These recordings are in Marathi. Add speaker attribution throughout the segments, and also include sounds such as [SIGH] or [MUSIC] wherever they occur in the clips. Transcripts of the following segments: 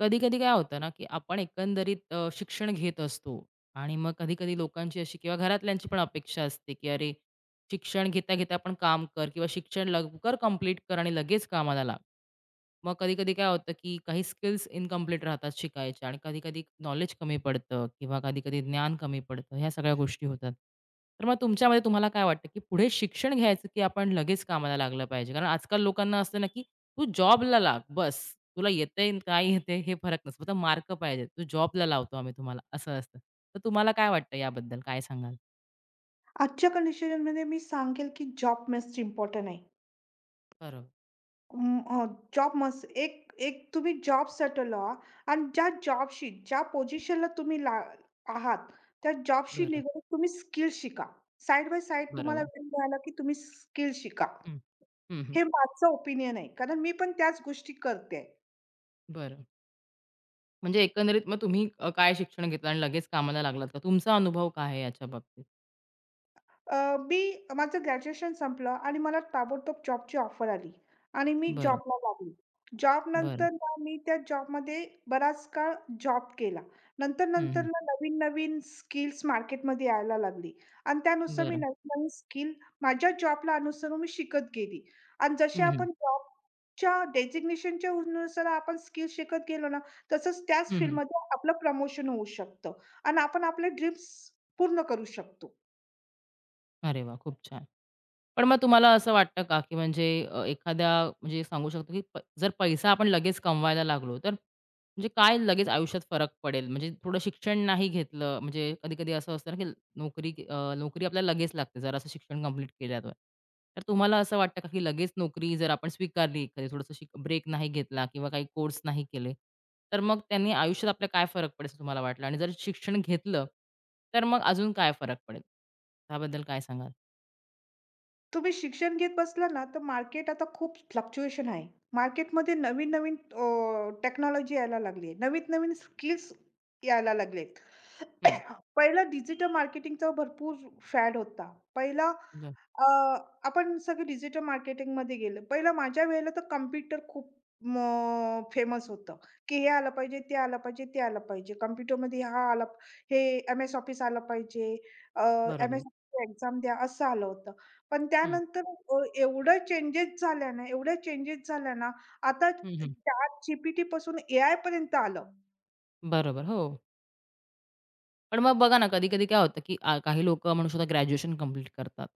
Speaker 1: कधी-कधी काय होतं ना, की आपण एकंदरीत शिक्षण घेत असतो आणि मग कधी-कधी लोकांची अशी किंवा घरातल्यांची पण अपेक्षा असते, की "अरे, शिक्षण घेता-घेता पण काम कर किंवा शिक्षण लवकर कंप्लीट कर आणि लगेच कामाला लाग." मग कधी-कधी काय होतं, की काही स्किल्स इन्कम्प्लीट राहतात शिकायच्या आणि कधी-कधी नॉलेज कमी पडतं किंवा कधी-कधी ज्ञान कमी पडतं. ह्या सगळ्या गोष्टी होतात. तर मग तुमच्यामध्ये तुम्हाला काय वाटतं, की पुढे शिक्षण घ्यायचं, की आपण लगेच कामाला लागलं पाहिजे? कारण आजकाल लोकांना असतं ना, की तू जॉबला लाग बस. तुला येतंय आणि काय येतंय हे फरक नसतो. फक्त मार्क पाहिजेत. तू जॉबला लावतो आम्ही तुम्हाला असं असतं. तर तुम्हाला काय वाटतं याबद्दल? काय सांगाल?
Speaker 2: आजच्या कंडिशनमध्ये मी सांगेल, की जॉब मस्ट इम्पोर्टंट आहे.
Speaker 1: बरोबर,
Speaker 2: अं, अ, जॉब मस्ट एक एक तुम्ही जॉब सेटल व्हा आणि ज्या जॉबशी, ज्या पोझिशनला तुम्ही ला आहात, त्या जॉबशी
Speaker 1: बरं,
Speaker 2: निगडीत तुम्ही स्किल शिका. साइड बाय साइड तुम्हाला
Speaker 1: बरोबर.
Speaker 2: वेळ मिळाला, की तुम्ही स्किल शिका.
Speaker 1: हं. हं, हं.
Speaker 2: हे माझं ओपिनियन आहे. कारण मी पण त्याच गोष्टी करते.
Speaker 1: बरं. म्हणजे एकंदरीत मग तुम्ही काय शिक्षण घेतलं आणि लगेच कामाला लागलात का? तुमचा अनुभव काय आहे याच्या बाबतीत?
Speaker 2: मी माझं ग्रॅज्युएशन संपलं आणि मला ताबडतोब जॉबची ऑफर आली आणि मी
Speaker 1: बरं,
Speaker 2: जॉबला लागली.
Speaker 1: बरं.
Speaker 2: जॉबनंतर ना मी त्या जॉबमध्ये बराच काळ जॉब केला.
Speaker 1: हं,
Speaker 2: नंतर-नंतर
Speaker 1: हं.
Speaker 2: ना नवीन-नवीन स्किल्स मार्केटमध्ये यायला लागली आणि त्यानुसार मी
Speaker 1: बरं.
Speaker 2: नवीन-नवीन स्किल माझ्या जॉबला अनुसरून मी शिकत गेली आणि जसे
Speaker 1: हं, हं.
Speaker 2: आपण जॉबच्या डेझिग्नेशनच्या नुसार आपण स्किल शिकत गेलो ना, तसंच त्याच
Speaker 1: हं, हं.
Speaker 2: फील्डमध्ये आपलं प्रमोशन होऊ शकतं आणि आपण आपले ड्रीम्स पूर्ण करू शकतो.
Speaker 1: अरे वाह! खूप छान. पण मग तुम्हाला असं वाटतं का, की म्हणजे एखाद्या म्हणजे सांगू शकतो, की जर पैसा आपण लगेच कमवायला लागलो, तर म्हणजे काय लगेच आयुष्यात फरक पडेल? म्हणजे थोडं शिक्षण नाही घेतलं, म्हणजे कधी-कधी असं असतं ना, की नोकरी आपल्याला लगेच लागते, जर असं शिक्षण कंप्लीट केल्यावर. तर तुम्हाला असं वाटतं का, की लगेच नोकरी जर आपण स्वीकारली, कधी थोडंसं ब्रेक नाही घेतला किंवा काही कोर्स नाही केले, तर मग त्यांनी आयुष्यात आपल्या काय फरक पडेल असं तुम्हाला वाटलं? आणि जर शिक्षण घेतलं, तर मग अजून काय फरक पडेल? त्याबद्दल काय सांगाल?
Speaker 2: तुम्ही शिक्षण घेत बसला ना, तर मार्केट आता खूप फ्लक्च्युएशन आहे. मार्केटमध्ये नवीन-नवीन टेक्नॉलॉजी यायला लागली आहे. नवीन-नवीन स्किल्स यायला लागलेत.
Speaker 1: हं.
Speaker 2: [COUGHS] पहिलं डिजिटल मार्केटिंगचा भरपूर फॅड होता. पहिला अ, आपण सगळे डिजिटल मार्केटिंगमध्ये गेलो. पहिलं माझ्या वेळेला तर कॉम्प्युटर खूप फेमस होतं, की हे आलं पाहिजे, ते आलं पाहिजे, ते आलं पाहिजे. कॉम्प्युटरमध्ये हा आला हे एम-एस ऑफिस आलं पाहिजे, अ,
Speaker 1: बरोबर.
Speaker 2: एम-एस एक्झाम द्या, असं आलं होतं. पण
Speaker 1: हं.
Speaker 2: त्यानंतर एवढं चेंजेस झाल्या ना, एवढ्या चेंजेस झाल्या ना, आता
Speaker 1: हं, हं.
Speaker 2: ChatGPT पासून एआय पर्यंत आलं.
Speaker 1: बरोबर. हो. पण मग बघा ना, कधी-कधी काय होतं, की काही लोकं म्हणू शकतात ग्रॅज्युएशन कंप्लीट करतात.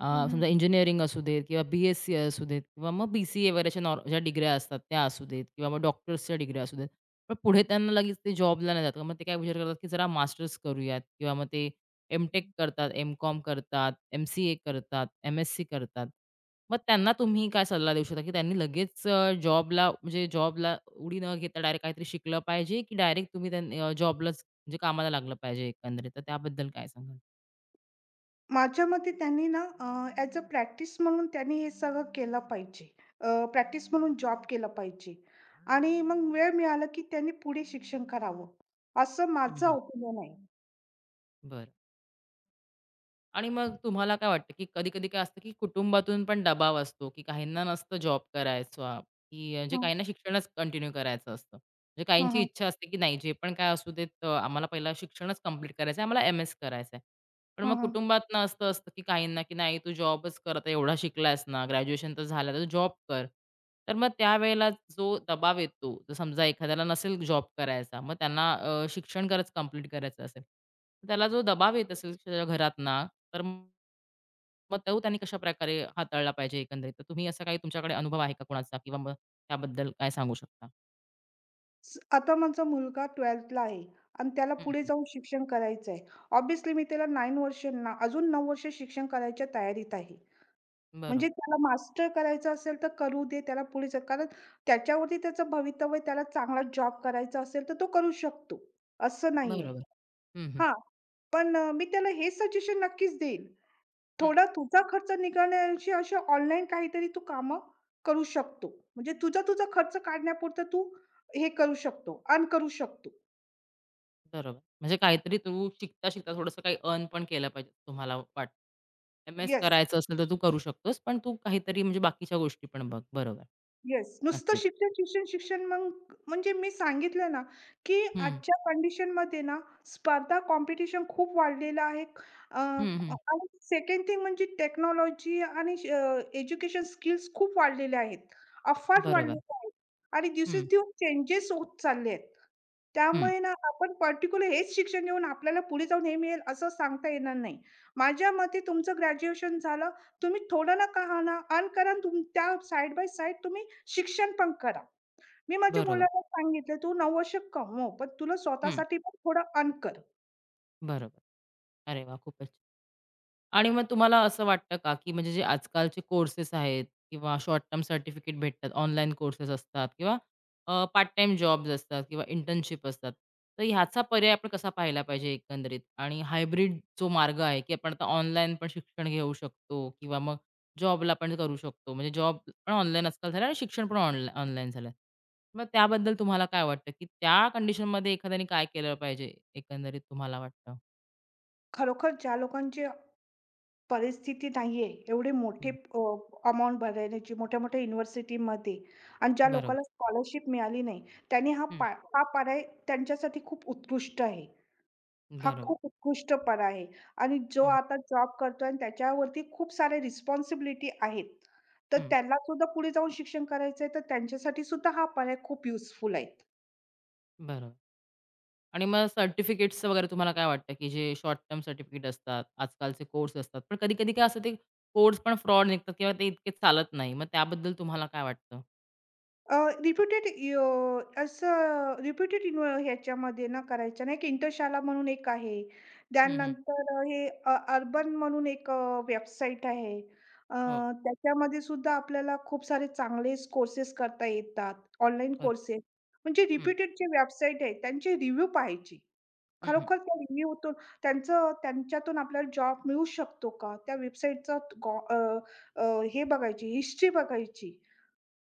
Speaker 2: हं, हं.
Speaker 1: समजा इंजिनिअरिंग असू देत किंवा बी-एस-सी असू देत किंवा मग बी-सी-ए वगैरे अशा नॉर ज्या डिग्र्या असतात त्या असू देत किंवा मग डॉक्टर्सच्या डिग्र्या असू देत. पण पुढे त्यांना लगेच ते जॉबला नाही जात. मग ते काय विचार करतात, की जरा मास्टर्स करूयात किंवा मग ते एम-टेक करतात, एम-कॉम करतात, एम-सी-ए करतात, एम-एस-सी करतात. मग त्यांना तुम्ही काय सल्ला देऊ शकता, की त्यांनी लगेच जॉबला म्हणजे जॉबला उडी न घेता डायरेक्ट काहीतरी शिकलं पाहिजे, की डायरेक्ट तुम्ही जॉबलाच म्हणजे कामाला लागलं पाहिजे एकंदरीत. तर त्याबद्दल काय सांगाल?
Speaker 2: माझ्या मते त्यांनी ना ॲज अ प्रॅक्टिस म्हणून त्यांनी हे सगळं केलं पाहिजे. प्रॅक्टिस म्हणून जॉब केला पाहिजे आणि मग वेळ मिळाला की त्यांनी पुढे शिक्षण करावं, असं
Speaker 1: हं,
Speaker 2: माझं
Speaker 1: हं.
Speaker 2: ओपिनियन आहे.
Speaker 1: बरं. आणि मग तुम्हाला काय वाटतं, की कधी-कधी काय असतं, की कुटुंबातून पण दबाव असतो, की काहींना नसतं जॉब करायचा, की म्हणजे
Speaker 2: हां.
Speaker 1: काहींना शिक्षणच कंटिन्यू करायचं असतं. म्हणजे
Speaker 2: हां,
Speaker 1: काहींची
Speaker 2: हां.
Speaker 1: इच्छा असते, की नाही जे पण काय असू देत आम्हाला पहिला शिक्षणच कंप्लीट करायचं आहे, आम्हाला एम-एस करायचं आहे. पण
Speaker 2: हां,
Speaker 1: मग
Speaker 2: हां.
Speaker 1: कुटुंबातनं असं असतं, की काहींना, की "नाही तू जॉबच कर आता एवढा शिकलायस ना, ग्रॅज्युएशन तर झालं आता तू जॉब कर." तर मग त्यावेळेला जो दबाव येतो, जर समजा एखाद्याला नसेल जॉब करायचा, मग त्यांना शिक्षण खरंच कंप्लीट करायचं असेल, तर त्याला जो दबाव येत असेल त्याच्या घरातना, तर मग मग तो त्यांनी कशाप्रकारे हाताळला पाहिजे एकंदरीत? तर तुम्ही असा काही तुमच्याकडे अनुभव आहे का कोणाचा? किंवा मग त्याबद्दल काय सांगू शकता?
Speaker 2: आता माझा मुलगा 12thला आहे आणि त्याला
Speaker 1: हं,
Speaker 2: पुढे
Speaker 1: हं.
Speaker 2: जाऊन शिक्षण करायचं आहे. ऑब्व्हियसली मी त्याला 9 वर्ष ना अजून 9 वर्ष शिक्षण करायच्या तयारीत आहे. म्हणजे
Speaker 1: बरोबर,
Speaker 2: त्याला मास्टर करायचं असेल तर करू दे, त्याला पुढे जा कारण त्याच्यावरती त्याचं भवितव्य आहे. त्याला चांगला जॉब करायचा असेल तर तो करू शकतो. असं नाहीये.
Speaker 1: बरोबर. हं, हं.
Speaker 2: हां, पण मी त्याला हे सजेशन नक्कीच देईल. थोडा तुझा खर्च निघाल्याऐवजी अशा ऑनलाईन काहीतरी तू कामं करू शकतो. म्हणजे तुझा खर्च काढण्यापुरतं तू हे करू शकतो, अर्न करू शकतो.
Speaker 1: बरोबर. म्हणजे काहीतरी तू शिकता-शिकता थोडंसं काही अर्न पण केलं पाहिजे तुम्हाला वाटतं. एम-एस
Speaker 2: येस,
Speaker 1: करायचं असेल तर तू करू शकतोस, पण तू काहीतरी म्हणजे बाकीच्या गोष्टी पण बघ. बरोबर.
Speaker 2: येस. नुसतं
Speaker 1: नक्कीच.
Speaker 2: शिक्षण, शिक्षण, शिक्षण मग म्हणजे मी सांगितलं ना, की
Speaker 1: हं.
Speaker 2: आजच्या कंडिशनमध्ये ना स्पर्धा, कॉम्पिटिशन खूप वाढलेलं आहे.
Speaker 1: हं, हं.
Speaker 2: आणि सेकंड थिंग म्हणजे टेक्नॉलॉजी आणि एज्युकेशन स्किल्स खूप वाढलेल्या आहेत. अफाट
Speaker 1: बरोबर.
Speaker 2: वाढलेल्या आहेत आणि
Speaker 1: हं,
Speaker 2: दिवसेंदिवस चेंजेस होत चालले आहेत.
Speaker 1: हं.
Speaker 2: त्यामुळे ना, आपण पर्टिक्युलर हेच शिक्षण घेऊन आपल्याला पुढे जाऊन हे मिळेल असं सांगता येणार नाही. माझ्या मते तुमचं ग्रॅज्युएशन झालं, तुम्ही थोडं ना का होईना अर्न करा तुम त्या साइड बाय साइड तुम्ही शिक्षण पण करा. मी माझ्या
Speaker 1: बरोबर.
Speaker 2: मुलाला सांगितलं, "तू 9 वर्ष कमव, पण तुला
Speaker 1: हं,
Speaker 2: स्वतःसाठी पण थोडं अर्न कर."
Speaker 1: बरोबर. अरे वाह! खूपच आणि मग तुम्हाला असं वाटतं का, की म्हणजे जे आजकालचे कोर्सेस आहेत किंवा शॉर्ट टर्म सर्टिफिकेट भेटतात, ऑनलाईन कोर्सेस असतात किंवा पार्ट टाईम जॉब्स असतात किंवा इंटर्नशिप असतात. तर ह्याचा पर्याय आपण कसा पाहिला पाहिजे एकंदरीत? आणि हायब्रिड जो मार्ग आहे, की आपण आता ऑनलाईन पण शिक्षण घेऊ शकतो किंवा मग जॉबला पण करू शकतो. म्हणजे जॉब पण ऑनलाईन आजकाल झाला आणि शिक्षण पण ऑनलाईन झालं. मग त्याबद्दल तुम्हाला काय वाटतं, की त्या कंडिशनमध्ये एखाद्याने काय केलं पाहिजे, एकंदरीत तुम्हाला वाटतं?
Speaker 2: खरोखर ज्या लोकांची परिस्थिती नाहीये, एवढे मोठे
Speaker 1: हं.
Speaker 2: भरायची मोठ्या-मोठ्या युनिव्हर्सिटीमध्ये आणि ज्या लोकांना
Speaker 1: बरोबर.
Speaker 2: स्कॉलरशिप मिळाली नाही, त्यांनी
Speaker 1: हं.
Speaker 2: हा पर्याय त्यांच्यासाठी खूप उत्कृष्ट आहे. हा
Speaker 1: बरोबर.
Speaker 2: खूप उत्कृष्टपणा आहे आणि जो आता जॉब करतोय आणि त्याच्यावरती खूप साऱ्या रिस्पॉन्सिबिलिटी आहेत. तर
Speaker 1: हं,
Speaker 2: त्याला सुद्धा पुढे जाऊन शिक्षण करायचंय, तर त्यांच्यासाठी सुद्धा हा पर्याय खूप युजफुल आहे.
Speaker 1: बरोबर. आणि मग सर्टिफिकेट्स वगैरे तुम्हाला काय वाटतं, की जे शॉर्ट टर्म सर्टिफिकेट असतात, आजकालचे कोर्स असतात. पण कधी-कधी काय असतं ते कोर्स पण फ्रॉड निघतात किंवा ते इतके चालत नाही. मग त्याबद्दल तुम्हाला काय वाटतं?
Speaker 2: अ, रिप्युटेड असं रिप्युटेड ह्याच्यामध्ये ना करायच्या नाही, एक इंटरशाला म्हणून एक आहे.
Speaker 1: हं, हं.
Speaker 2: त्यानंतर हे अर्बन म्हणून एक वेबसाईट आहे. अ,
Speaker 1: हो,
Speaker 2: त्याच्यामध्ये सुद्धा आपल्याला खूप सारे चांगलेच कोर्सेस करता येतात, ऑनलाईन
Speaker 1: बरोबर.
Speaker 2: कोर्सेस. म्हणजे
Speaker 1: हं,
Speaker 2: रिप्युटेड जे वेबसाईट आहेत, त्यांचे रिव्ह्यू पाहायचे.
Speaker 1: हं, हं,
Speaker 2: खरोखर त्या रिव्ह्यूतून त्यांचं त्यांच्यातून आपल्याला जॉब मिळू शकतो का? त्या वेबसाईटचा हे बघायची, हिस्ट्री बघायची.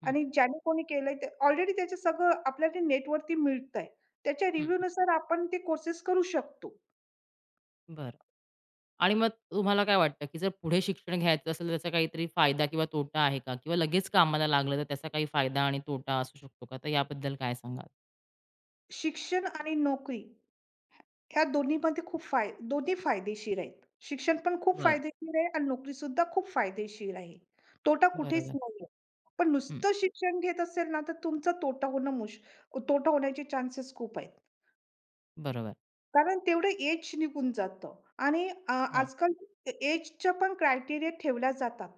Speaker 1: हं,
Speaker 2: आणि ज्याने कोणी केलंय ते ऑलरेडी त्याचं सगळं आपल्याला नेटवरती मिळतंय. त्याच्या
Speaker 1: हं, हं.
Speaker 2: रिव्ह्यूनुसार आपण ते कोर्सेस करू शकतो.
Speaker 1: बरं. आणि मग तुम्हाला काय वाटतं, की जर पुढे शिक्षण घ्यायचं असेल, तर त्याचा काहीतरी फायदा किंवा तोटा आहे का? किंवा लगेच कामाला लागलं, तर त्याचा काही फायदा आणि तोटा असू शकतो का? तर याबद्दल काय सांगाल?
Speaker 2: शिक्षण आणि नोकरी ह्या दोन्हीमध्ये खूप दोन्ही फायदेशीर आहेत. शिक्षण पण खूप
Speaker 1: बरं.
Speaker 2: फायदेशीर आहे आणि नोकरीसुद्धा खूप फायदेशीर आहे. तोटा कुठेच
Speaker 1: बरोबर.
Speaker 2: नाहीये. पण
Speaker 1: हं,
Speaker 2: नुसतं शिक्षण घेत असेल ना, तर तुमचा तोटा होणं तोटा होण्याचे चान्सेस खूप आहेत.
Speaker 1: बरोबर.
Speaker 2: कारण तेवढं एज निघून जातं आणि
Speaker 1: हो,
Speaker 2: आजकाल एजच्या पण क्रायटेरिया ठेवल्या जातात.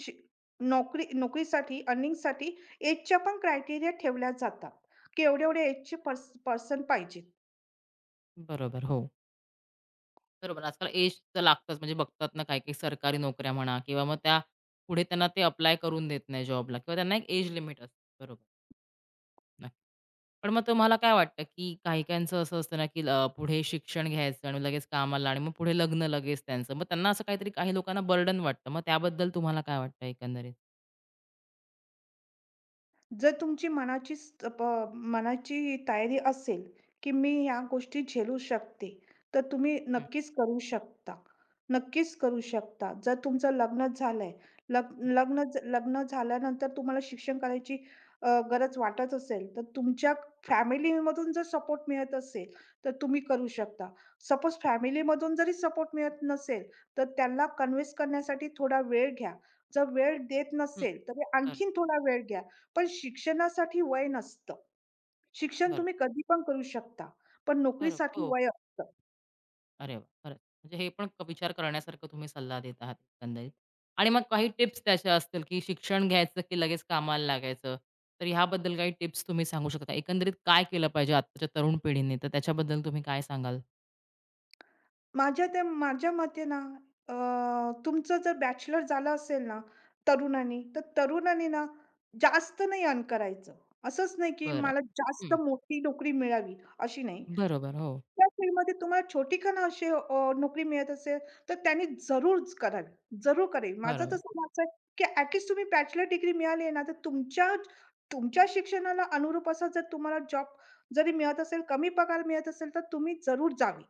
Speaker 2: शि नोकरीसाठी, अर्निंगसाठी एजच्या पण क्रायटेरिया ठेवल्या जातात, की एवढे-एवढे एजचे पर्सन पाहिजेत.
Speaker 1: बरोबर. हो. बरोबर. आजकाल एज तर लागतंच. म्हणजे बघतात ना काही-काही सरकारी नोकऱ्या म्हणा किंवा मग त्या पुढे त्यांना ते अप्लाय करून देत नाही जॉबला किंवा त्यांना एक एज लिमिट असते. बरोबर. नक्की. पण मग तुम्हाला काय वाटतं, की काही-काहींचं असं असतं ना, की पुढे शिक्षण घ्यायचं आणि लगेच कामाला आणि मग पुढे लग्न लगेच त्यांचं. मग त्यांना असं काहीतरी काही लोकांना बर्डन वाटतं. मग त्याबद्दल तुम्हाला काय वाटतं एकंदरीत?
Speaker 2: जर तुमची मनाची स प मनाची तयारी असेल, की मी ह्या गोष्टी झेलू शकते, तर तुम्ही
Speaker 1: हं,
Speaker 2: नक्कीच करू शकता. नक्कीच करू शकता. जर तुमचं लग्न झालंय, लग
Speaker 1: हं,
Speaker 2: लग्न झाल्यानंतर तुम्हाला शिक्षण करायची गरज वाटत असेल, तर तुमच्या फॅमिलीमधून जर सपोर्ट मिळत असेल, तर तुम्ही करू शकता. सपोज फॅमिलीमधून जरी सपोर्ट मिळत नसेल, तर त्याला कन्व्हिन्स करण्यासाठी थोडा वेळ घ्या. जर वेळ देत
Speaker 1: हं.
Speaker 2: नसेल, तर
Speaker 1: बरं.
Speaker 2: आणखीन थोडा वेळ घ्या. पण शिक्षणासाठी वय नसतं. शिक्षण
Speaker 1: बरोबर.
Speaker 2: तुम्ही कधी पण करू शकता, पण
Speaker 1: बरोबर.
Speaker 2: नोकरीसाठी
Speaker 1: हो.
Speaker 2: वय असतं.
Speaker 1: अरे वाह! खरंच. म्हणजे हे पण विचार करण्यासारखं तुम्ही सल्ला देत आहात एकंदरीत. आणि मग काही टिप्स त्याच्या असतील, की शिक्षण घ्यायचं की लगेच कामाला लागायचं. तर ह्याबद्दल काही टिप्स तुम्ही सांगू शकता का? एकंदरीत काय केलं पाहिजे आत्ताच्या तरुण पिढीने? तर त्याच्याबद्दल तुम्ही काय सांगाल?
Speaker 2: माझ्या मते ना, तुमचं जर बॅचलर झालं असेल ना तरुणांनी, तर तरुणांनी ना जास्त नाही अर्न करायचं. असंच नाही की
Speaker 1: बरं.
Speaker 2: मला जास्त
Speaker 1: हं.
Speaker 2: मोठी नोकरी मिळावी, अशी नाही.
Speaker 1: बरोबर. हो.
Speaker 2: त्या फील्डमध्ये तुम्हाला छोटी का ना अशी नोकरी मिळत असेल, तर त्यांनी जरूरच करावी, जरूर करेल. माझं
Speaker 1: बरोबर.
Speaker 2: तसं मत आहे, की ॲट लिस्ट तुम्ही बॅचलर डिग्री मिळाली आहे ना, तर तुमच्या तुमच्या शिक्षणाला अनुरूप असा जर तुम्हाला जॉब जरी मिळत असेल, कमी पगार मिळत असेल, तर तुम्ही जरूर जावी.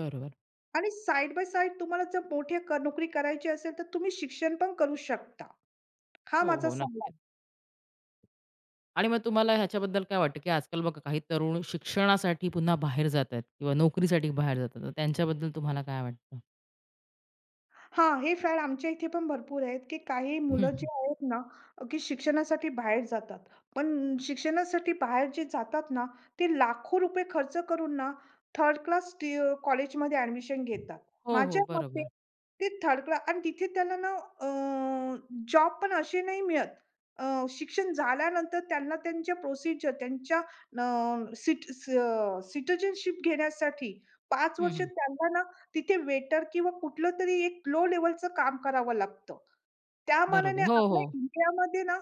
Speaker 1: बरोबर.
Speaker 2: आणि साइड बाय साइड तुम्हाला जर मोठी नोकरी करायची असेल, तर तुम्ही शिक्षण पण करू शकता. हा
Speaker 1: हो,
Speaker 2: माझा
Speaker 1: हो. नक्कीच.
Speaker 2: सल्ला.
Speaker 1: आणि मग तुम्हाला ह्याच्याबद्दल काय वाटतं, की आजकाल बघा काही तरुण शिक्षणासाठी पुन्हा बाहेर जात आहेत किंवा नोकरीसाठी बाहेर जातात. तर त्यांच्याबद्दल तुम्हाला काय वाटतं?
Speaker 2: हां, हे फॅड आमच्या इथे पण भरपूर आहेत, की काही
Speaker 1: हं,
Speaker 2: मुलं जी
Speaker 1: हं.
Speaker 2: आहेत ना, की शिक्षणासाठी बाहेर जातात. पण शिक्षणासाठी बाहेर जे जातात ना, ते लाखो रुपये खर्च करून ना, थर्ड क्लास कॉलेजमध्ये ॲडमिशन घेतात.
Speaker 1: हो, हो.
Speaker 2: माझ्या मते
Speaker 1: बरोबर.
Speaker 2: ते थर्ड क्लास आणि तिथे त्याला ना अ, जॉब पण असे नाही मिळत. शिक्षण झाल्यानंतर त्यांना त्यांच्या प्रोसिजर त्यांच्या सिटिझनशिप घेण्यासाठी 5
Speaker 1: हं,
Speaker 2: वर्ष
Speaker 1: हं.
Speaker 2: त्यांना ना तिथे वेटर किंवा कुठलंतरी एक लो लेव्हलचं काम करावं लागतं. त्या मानाने
Speaker 1: बरोबर. हो,
Speaker 2: आपल्या
Speaker 1: हो.
Speaker 2: इंडियामध्ये ना,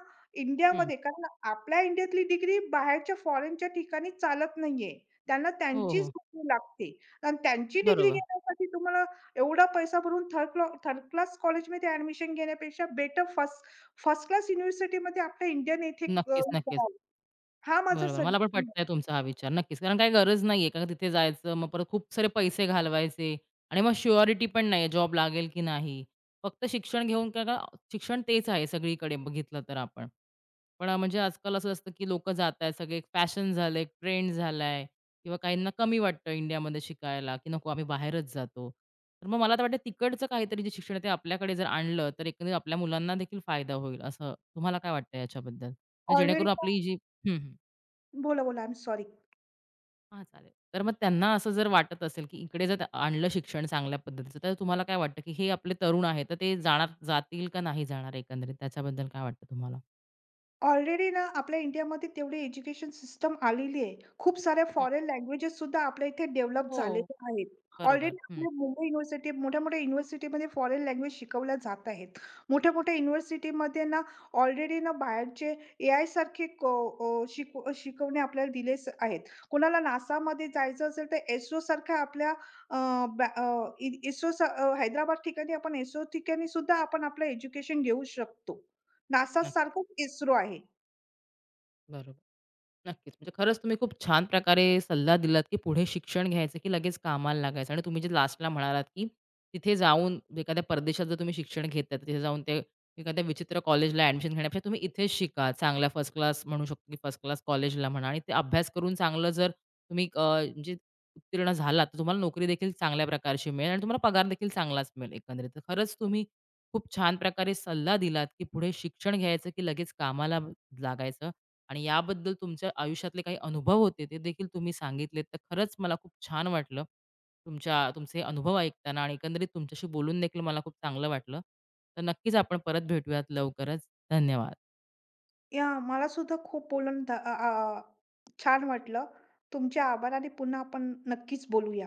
Speaker 1: हं.
Speaker 2: इंडियामध्ये कारण आपल्या इंडियातली डिग्री बाहेरच्या फॉरेनच्या ठिकाणी चालत नाहीये. त्यांना
Speaker 1: हो,
Speaker 2: त्यांचीच
Speaker 1: हो.
Speaker 2: डिग्री लागते आणि त्यांची डिग्री
Speaker 1: बरोबर.
Speaker 2: घेण्यासाठी तुम्हाला एवढा पैसा भरून थर्ड क्लास कॉलेजमध्ये ॲडमिशन घेण्यापेक्षा बेटर फर्स्ट फर्स्ट क्लास युनिव्हर्सिटीमध्ये आपल्या इंडियन येथे
Speaker 1: नक्कीच, नक्कीच.
Speaker 2: करावं. हा माझा
Speaker 1: बरोबर. मला पण
Speaker 2: सजेशन आहे.
Speaker 1: पटतंय तुमचा हा विचार. नक्कीच. कारण काही गरज नाही आहे. कारण तिथे जायचं, मग परत खूप सारे पैसे घालवायचे आणि मग शुअरिटी पण नाही आहे, जॉब लागेल की नाही. फक्त शिक्षण घेऊन का का शिक्षण तेच आहे सगळीकडे बघितलं तर आपण. पण म्हणजे आजकाल असं असतं की लोकं जात आहेत, सगळे एक फॅशन झालं, एक ट्रेंड झालाय किंवा काहींना कमी वाटतं इंडियामध्ये शिकायला, की नको आम्ही बाहेरच जातो. तर मग मला तर वाटतं तिकडचं काहीतरी जे शिक्षण आहे ते आपल्याकडे जर आणलं, तर एकंदरीत आपल्या मुलांना देखील फायदा होईल, असं तुम्हाला काय वाटतं याच्याबद्दल? म्हणजे
Speaker 2: ऑलरेडी
Speaker 1: जेणेकरून आपली जी हं, हं.
Speaker 2: बोला, बोला. I am sorry.
Speaker 1: हां, चालेल. तर मग त्यांना असं जर वाटत असेल, की इकडे जर आणलं शिक्षण चांगल्या पद्धतीचं, तर तुम्हाला काय वाटतं, की हे आपले तरुण आहेत, तर ते जाणार जातील का नाही जाणार एकंदरीत? त्याच्याबद्दल काय वाटतं तुम्हाला?
Speaker 2: ऑलरेडी ना आपल्या इंडियामध्ये तेवढी एज्युकेशन सिस्टम आलेली आहे. खूप साऱ्या
Speaker 1: हं.
Speaker 2: फॉरेन लँग्वेजेस सुद्धा आपल्या इथे डेव्हलप
Speaker 1: हो.
Speaker 2: झालेल्या आहेत.
Speaker 1: बरोबर.
Speaker 2: ऑलरेडी
Speaker 1: हं.
Speaker 2: आपल्या मुंबई युनिव्हर्सिटी मोठ्या-मोठ्या युनिव्हर्सिटीमध्ये फॉरेन लँग्वेज शिकवल्या जात आहेत. मोठ्या-मोठ्या युनिव्हर्सिटीमध्ये ना ऑलरेडी ना बाहेरचे एआयसारखे शिकवणे आपल्याला दिलेच आहेत. कोणाला NASAमध्ये जायचं असेल तर ISROसारख्या आपल्या अ, हैदराबाद ठिकाणी आपण ISRO ठिकाणी सुद्धा आपण आपलं एज्युकेशन घेऊ शकतो.
Speaker 1: नक्की.
Speaker 2: NASAसारखंच ISRO आहे.
Speaker 1: बरोबर. नक्कीच. म्हणजे खरंच तुम्ही खूप छान प्रकारे सल्ला दिलात, की पुढे शिक्षण घ्यायचं, की लगेच कामाला लागायचं आणि तुम्ही जे लास्टला म्हणालात, की तिथे जाऊन एखाद्या परदेशात जर तुम्ही शिक्षण घेताय, तिथे जाऊन ते एखाद्या विचित्र कॉलेजला ॲडमिशन घेण्यापेक्षा तुम्ही इथेच शिका. चांगल्या फर्स्ट क्लास म्हणू शकतो, की फर्स्ट क्लास कॉलेजला म्हणा आणि ते अभ्यास करून चांगलं जर तुम्ही म्हणजे उत्तीर्ण झालात, तर तुम्हाला नोकरी देखील चांगल्या प्रकारची मिळेल आणि तुम्हाला पगार देखील चांगलाच मिळेल एकंदरीत. तर खरंच तुम्ही खूप छान प्रकारे सल्ला दिलात, की पुढे शिक्षण घ्यायचं, की लगेच कामाला लागायचं. आणि याबद्दल तुमच्या आयुष्यातले काही अनुभव होते ते देखील तुम्ही सांगितलेत तर खरंच मला खूप छान वाटलं तुमच्या तुमचे अनुभव ऐकताना आणि एकंदरीत तुमच्याशी बोलून देखील मला खूप चांगलं वाटलं तर नक्कीच आपण परत भेटूयात लवकरच धन्यवाद
Speaker 2: या मला सुद्धा खूप बोलून छान वाटलं. तुमचे आभार आणि पुन्हा आपण नक्कीच बोलूया.